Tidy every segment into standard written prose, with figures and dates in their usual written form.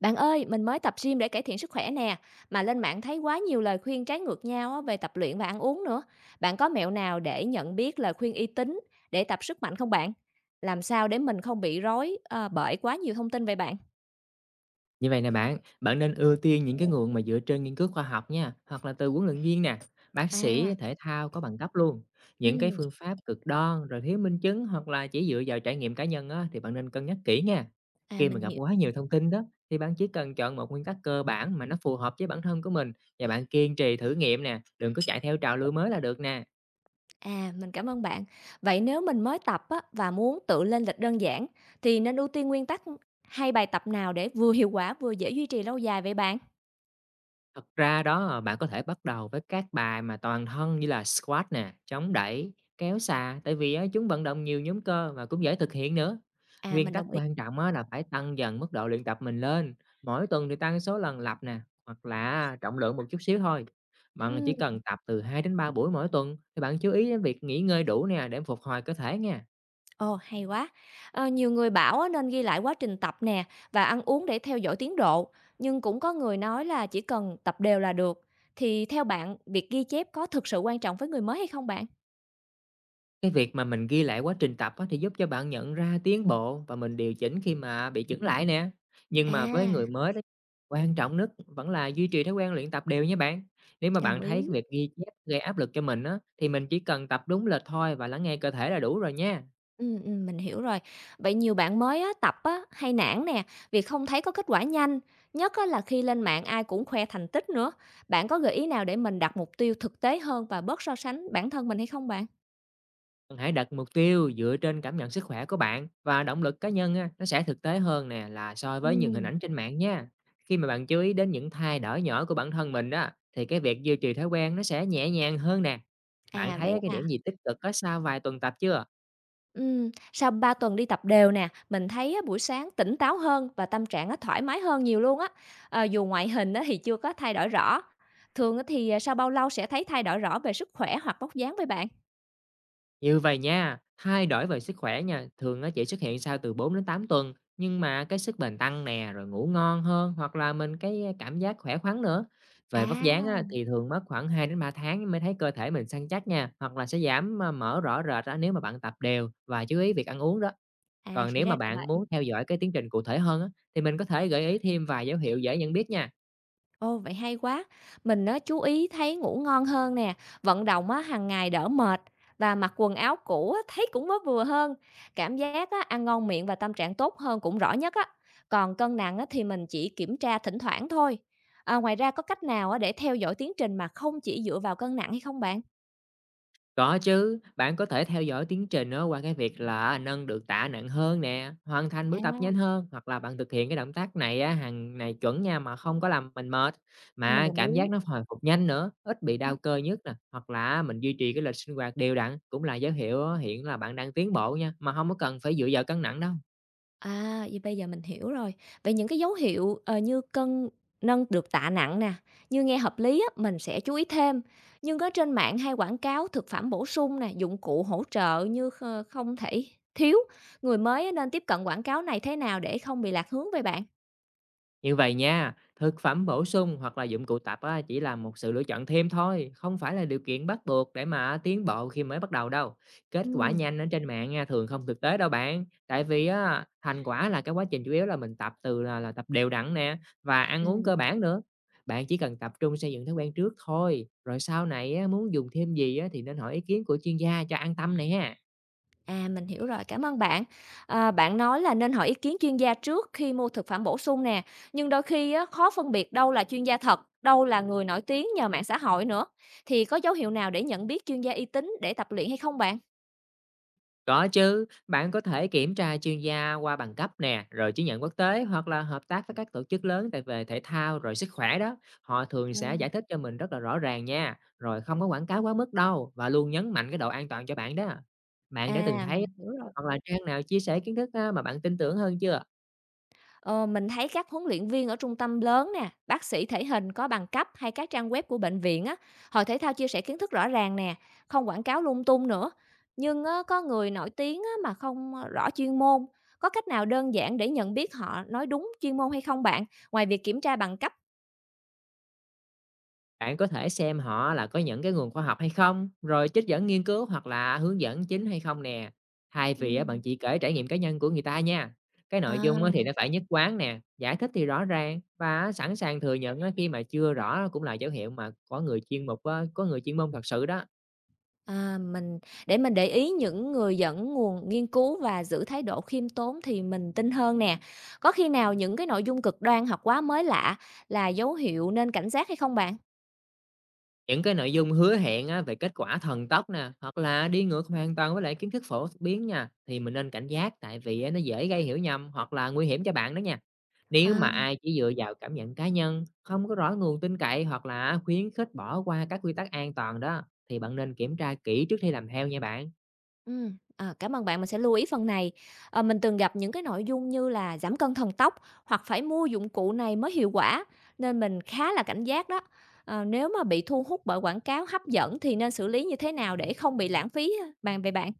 Bạn ơi, mình mới tập gym để cải thiện sức khỏe nè, mà lên mạng thấy quá nhiều lời khuyên trái ngược nhau á, về tập luyện và ăn uống nữa. Bạn có mẹo nào để nhận biết lời khuyên uy tín để tập sức mạnh không bạn? Làm sao để mình không bị rối bởi quá nhiều thông tin về bạn? Như vậy nè bạn, bạn nên ưu tiên những cái nguồn mà dựa trên nghiên cứu khoa học nha, hoặc là từ huấn luyện viên nè, bác sĩ, À. thể thao có bằng cấp luôn. Những cái Ừm, phương pháp cực đoan rồi thiếu minh chứng hoặc là chỉ dựa vào trải nghiệm cá nhân á, thì bạn nên cân nhắc kỹ nha. à Khi mà mình gặp hiểu. quá nhiều thông tin đó thì bạn chỉ cần chọn một nguyên tắc cơ bản mà nó phù hợp với bản thân của mình, và bạn kiên trì thử nghiệm nè, đừng có chạy theo trào lưu mới là được nè. À, mình cảm ơn bạn. Vậy nếu mình mới tập á, và muốn tự lên lịch đơn giản thì nên ưu tiên nguyên tắc hay bài tập nào để vừa hiệu quả vừa dễ duy trì lâu dài vậy bạn? Thật ra đó, bạn có thể bắt đầu với các bài mà toàn thân như là squat nè, chống đẩy, kéo xà, tại vì á, chúng vận động nhiều nhóm cơ và cũng dễ thực hiện nữa. À, Nguyên mình tắc đồng ý. quan trọng á, là phải tăng dần mức độ luyện tập mình lên, mỗi tuần thì tăng số lần lặp nè, hoặc là trọng lượng một chút xíu thôi. Bạn Ừ. chỉ cần tập từ 2 đến 3 buổi mỗi tuần, thì bạn chú ý đến việc nghỉ ngơi đủ nè, để phục hồi cơ thể nha. Ồ, hay quá. Ờ, nhiều người bảo á, nên ghi lại quá trình tập nè và ăn uống để theo dõi tiến độ, nhưng cũng có người nói là chỉ cần tập đều là được. Thì theo bạn, việc ghi chép có thực sự quan trọng với người mới hay không bạn? Cái việc mà mình ghi lại quá trình tập á, thì giúp cho bạn nhận ra tiến bộ và mình điều chỉnh khi mà bị chững lại nè. Nhưng mà với người À, mới đó, quan trọng nhất vẫn là duy trì thói quen luyện tập đều nha bạn. Nếu mà bạn đồng thấy cái ý. việc ghi chép gây áp lực cho mình á, thì mình chỉ cần tập đúng lịch thôi và lắng nghe cơ thể là đủ rồi nha. Ừ, ừ, mình hiểu rồi. Vậy nhiều bạn mới á, tập á, hay nản nè, vì không thấy có kết quả nhanh. Nhất á, là khi lên mạng ai cũng khoe thành tích nữa. Bạn có gợi ý nào để mình đặt mục tiêu thực tế hơn và bớt so sánh bản thân mình hay không bạn? Bạn hãy đặt mục tiêu dựa trên cảm nhận sức khỏe của bạn và động lực cá nhân á, nó sẽ thực tế hơn nè, là so với những hình Ừ, ảnh trên mạng nha. Khi mà bạn chú ý đến những thay đổi nhỏ của bản thân mình đó, thì cái việc duy trì thói quen nó sẽ nhẹ nhàng hơn nè. Bạn à vậy thấy cái à. điểm gì tích cực có sau vài tuần tập chưa? Sau 3 tuần đi tập đều nè, mình thấy á, buổi sáng tỉnh táo hơn và tâm trạng á, thoải mái hơn nhiều luôn á. Ờ, dù ngoại hình á, thì chưa có thay đổi rõ. Thường á, thì, à, sau bao lâu sẽ thấy thay đổi rõ về sức khỏe hoặc vóc dáng với bạn? Như vậy nha, thay đổi về sức khỏe nha, thường nó chỉ xuất hiện sau từ 4 đến 8 tuần, nhưng mà cái sức bền tăng nè, rồi ngủ ngon hơn, hoặc là mình cái cảm giác khỏe khoắn nữa. Về À, vóc dáng á, thì thường mất khoảng 2 đến 3 tháng mới thấy cơ thể mình săn chắc nha, hoặc là sẽ giảm mỡ rõ rệt á, nếu mà bạn tập đều và chú ý việc ăn uống đó. à, Còn thì nếu ra mà là bạn vậy. muốn theo dõi cái tiến trình cụ thể hơn á, thì mình có thể gợi ý thêm vài dấu hiệu dễ nhận biết nha. Ồ, vậy hay quá. Mình á, chú ý thấy ngủ ngon hơn nè, vận động á, hàng ngày đỡ mệt và mặc quần áo cũ á, thấy cũng mới vừa hơn. Cảm giác á, ăn ngon miệng và tâm trạng tốt hơn cũng rõ nhất á. Còn cân nặng á, thì mình chỉ kiểm tra thỉnh thoảng thôi. À, ngoài ra có cách nào á, để theo dõi tiến trình mà không chỉ dựa vào cân nặng hay không bạn? Có chứ, bạn có thể theo dõi tiến trình á, qua cái việc là nâng được tạ nặng hơn nè, hoàn thành buổi tập nhanh À, hơn, hoặc là bạn thực hiện cái động tác này á, hàng này chuẩn nha, mà không có làm mình mệt, mình mà đồng cảm ý. giác nó hồi phục nhanh nữa, ít bị đau cơ nhất nè, hoặc là mình duy trì cái lịch sinh hoạt đều đặn cũng là dấu hiệu á, hiện là bạn đang tiến bộ nha, mà không có cần phải dựa vào cân nặng đâu. À, vậy bây giờ mình hiểu rồi. Vậy những cái dấu hiệu, ờ, như nâng được tạ nặng nè, như nghe hợp lý á, mình sẽ chú ý thêm. Nhưng ở trên mạng hay quảng cáo thực phẩm bổ sung nè, dụng cụ hỗ trợ như không thể thiếu, người mới á nên tiếp cận quảng cáo này thế nào để không bị lạc hướng vậy bạn? Như vậy nha, thực phẩm bổ sung hoặc là dụng cụ tập á, chỉ là một sự lựa chọn thêm thôi, không phải là điều kiện bắt buộc để mà tiến bộ khi mới bắt đầu đâu. Kết quả Ừm. nhanh ở trên mạng nha, thường không thực tế đâu bạn. Tại vì á, thành quả là cái quá trình chủ yếu là mình tập từ là tập đều đặn nè, và ăn uống cơ bản nữa. Bạn chỉ cần tập trung xây dựng thói quen trước thôi, rồi sau này á, muốn dùng thêm gì á, thì nên hỏi ý kiến của chuyên gia cho an tâm này ha. À, mình hiểu rồi, cảm ơn bạn. À, bạn nói là nên hỏi ý kiến chuyên gia trước khi mua thực phẩm bổ sung nè, nhưng đôi khi á, khó phân biệt đâu là chuyên gia thật, đâu là người nổi tiếng nhờ mạng xã hội nữa. Thì có dấu hiệu nào để nhận biết chuyên gia uy tín để tập luyện hay không bạn? Có chứ, bạn có thể kiểm tra chuyên gia qua bằng cấp nè, rồi chứng nhận quốc tế, hoặc là hợp tác với các tổ chức lớn tại về thể thao rồi sức khỏe đó. Họ thường Ừ. sẽ giải thích cho mình rất là rõ ràng nha, rồi không có quảng cáo quá mức đâu, và luôn nhấn mạnh cái độ an toàn cho bạn đó. Bạn đã từng À, mình thấy hiểu rồi. hoặc là trang nào chia sẻ kiến thức á, mà bạn tin tưởng hơn chưa? Ờ, mình thấy các huấn luyện viên ở trung tâm lớn nè, bác sĩ thể hình có bằng cấp hay các trang web của bệnh viện á, hội thể thao chia sẻ kiến thức rõ ràng nè, không quảng cáo lung tung nữa. Nhưng á, có người nổi tiếng á, mà không rõ chuyên môn, có cách nào đơn giản để nhận biết họ nói đúng chuyên môn hay không bạn, ngoài việc kiểm tra bằng cấp? Bạn có thể xem họ là có những cái nguồn khoa học hay không, rồi trích dẫn nghiên cứu, hoặc là hướng dẫn chính hay không nè. Thay Ừ. vì á, bạn chỉ kể trải nghiệm cá nhân của người ta nha. Cái À. nội dung á, thì nó phải nhất quán nè, giải thích thì rõ ràng và sẵn sàng thừa nhận á, khi mà chưa rõ cũng là dấu hiệu mà có người chuyên môn thật sự đó. À, mình để ý những người dẫn nguồn nghiên cứu và giữ thái độ khiêm tốn thì mình tin hơn nè. Có khi nào những cái nội dung cực đoan hoặc quá mới lạ là dấu hiệu nên cảnh giác hay không bạn? Những cái nội dung hứa hẹn á, về kết quả thần tốc nè, hoặc là đi ngược hoàn toàn với lại kiến thức phổ biến nha, thì mình nên cảnh giác, tại vì á, nó dễ gây hiểu nhầm hoặc là nguy hiểm cho bạn đó nha. Nếu mà À, ai chỉ dựa vào cảm nhận cá nhân, không có rõ nguồn tin cậy hoặc là khuyến khích bỏ qua các quy tắc an toàn đó, thì bạn nên kiểm tra kỹ trước khi làm theo nha bạn. ừ, à, cảm ơn bạn, mình sẽ lưu ý phần này. À, mình từng gặp những cái nội dung như là giảm cân thần tốc hoặc phải mua dụng cụ này mới hiệu quả nên mình khá là cảnh giác đó. À, nếu mà bị thu hút bởi quảng cáo hấp dẫn thì nên xử lý như thế nào để không bị lãng phí á, bạn về bạn?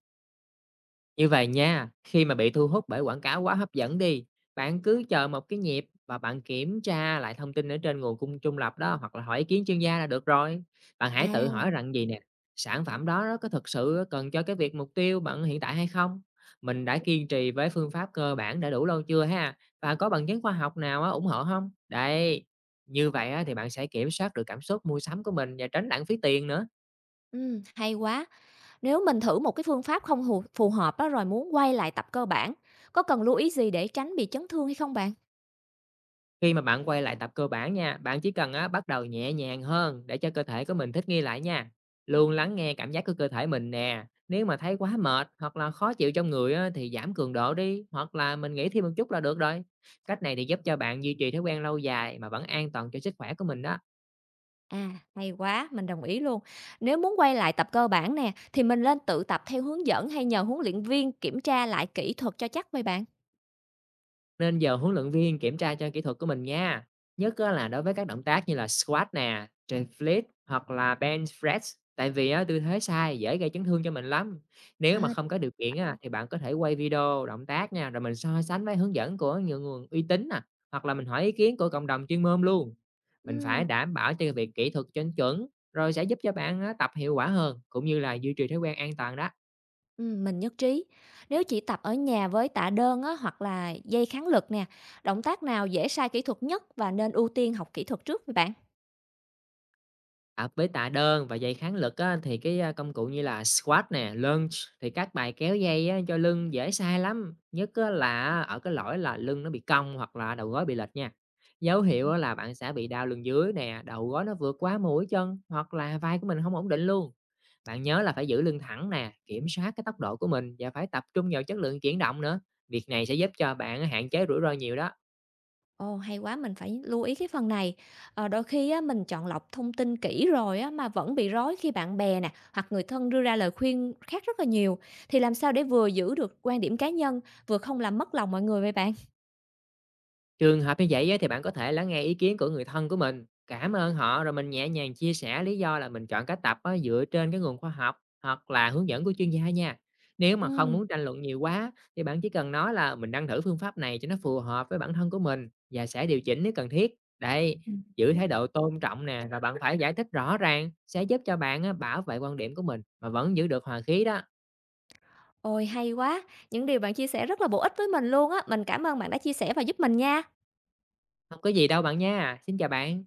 Như vậy nha, khi mà bị thu hút bởi quảng cáo quá hấp dẫn đi, bạn cứ chờ một cái nhịp và bạn kiểm tra lại thông tin ở trên nguồn cung trung lập đó, hoặc là hỏi ý kiến chuyên gia là được rồi. Bạn hãy À, tự hỏi rằng gì nè, sản phẩm đó nó có thực sự cần cho cái việc mục tiêu bạn hiện tại hay không? Mình đã kiên trì với phương pháp cơ bản đã đủ lâu chưa ha? Và có bằng chứng khoa học nào á, ủng hộ không? Đây, như vậy á, thì bạn sẽ kiểm soát được cảm xúc mua sắm của mình và tránh lãng phí tiền nữa. ừ, hay quá. Nếu mình thử một cái phương pháp không phù hợp á, rồi muốn quay lại tập cơ bản, có cần lưu ý gì để tránh bị chấn thương hay không bạn? Khi mà bạn quay lại tập cơ bản nha, bạn chỉ cần á, bắt đầu nhẹ nhàng hơn để cho cơ thể của mình thích nghi lại nha. Luôn lắng nghe cảm giác của cơ thể mình nè. Nếu mà thấy quá mệt hoặc là khó chịu trong người á, thì giảm cường độ đi, hoặc là mình nghỉ thêm một chút là được rồi. Cách này thì giúp cho bạn duy trì thói quen lâu dài mà vẫn an toàn cho sức khỏe của mình đó. À, hay quá, mình đồng ý luôn. Nếu muốn quay lại tập cơ bản nè, thì mình nên tự tập theo hướng dẫn hay nhờ huấn luyện viên kiểm tra lại kỹ thuật cho chắc vậy bạn? Nên giờ huấn luyện viên kiểm tra cho kỹ thuật của mình nha, nhất á, là đối với các động tác như là squat nè, trên fleet hoặc là bench press, tại vì á, tư thế sai dễ gây chấn thương cho mình lắm. Nếu mà À, không có điều kiện á, thì bạn có thể quay video động tác nha, rồi mình so sánh với hướng dẫn của nhiều nguồn uy tín nè, hoặc là mình hỏi ý kiến của cộng đồng chuyên môn luôn. Mình ừm, phải đảm bảo cho việc kỹ thuật cho chuẩn, rồi sẽ giúp cho bạn á, tập hiệu quả hơn cũng như là duy trì thói quen an toàn đó. Mình nhất trí. Nếu chỉ tập ở nhà với tạ đơn á, hoặc là dây kháng lực nè, động tác nào dễ sai kỹ thuật nhất và nên ưu tiên học kỹ thuật trước vậy bạn? À, với tạ đơn và dây kháng lực á, thì cái, công cụ như là squat nè, lunge, thì các bài kéo dây á, cho lưng dễ sai lắm, nhất á, là ở cái lỗi là lưng nó bị cong hoặc là đầu gối bị lệch nha. Dấu hiệu á, là bạn sẽ bị đau lưng dưới nè, đầu gối nó vượt quá mũi chân hoặc là vai của mình không ổn định luôn. Bạn nhớ là phải giữ lưng thẳng nè, kiểm soát cái tốc độ của mình và phải tập trung vào chất lượng chuyển động nữa. Việc này sẽ giúp cho bạn hạn chế rủi ro nhiều đó. Ồ, hay quá, mình phải lưu ý cái phần này. Ờ, đôi khi á, mình chọn lọc thông tin kỹ rồi á, mà vẫn bị rối khi bạn bè nè, hoặc người thân đưa ra lời khuyên khác rất là nhiều. Thì làm sao để vừa giữ được quan điểm cá nhân, vừa không làm mất lòng mọi người vậy bạn? Trường hợp như vậy á, thì bạn có thể lắng nghe ý kiến của người thân của mình, cảm ơn họ rồi mình nhẹ nhàng chia sẻ lý do là mình chọn cách tập á, dựa trên cái nguồn khoa học hoặc là hướng dẫn của chuyên gia nha. Nếu mà không Ừm, muốn tranh luận nhiều quá, thì bạn chỉ cần nói là mình đang thử phương pháp này cho nó phù hợp với bản thân của mình và sẽ điều chỉnh nếu cần thiết. Đây, ừm. giữ thái độ tôn trọng nè và bạn phải giải thích rõ ràng sẽ giúp cho bạn á, bảo vệ quan điểm của mình mà vẫn giữ được hòa khí đó. Ôi hay quá, những điều bạn chia sẻ rất là bổ ích với mình luôn á. Mình cảm ơn bạn đã chia sẻ và giúp mình nha. Không có gì đâu bạn nha. Xin chào bạn.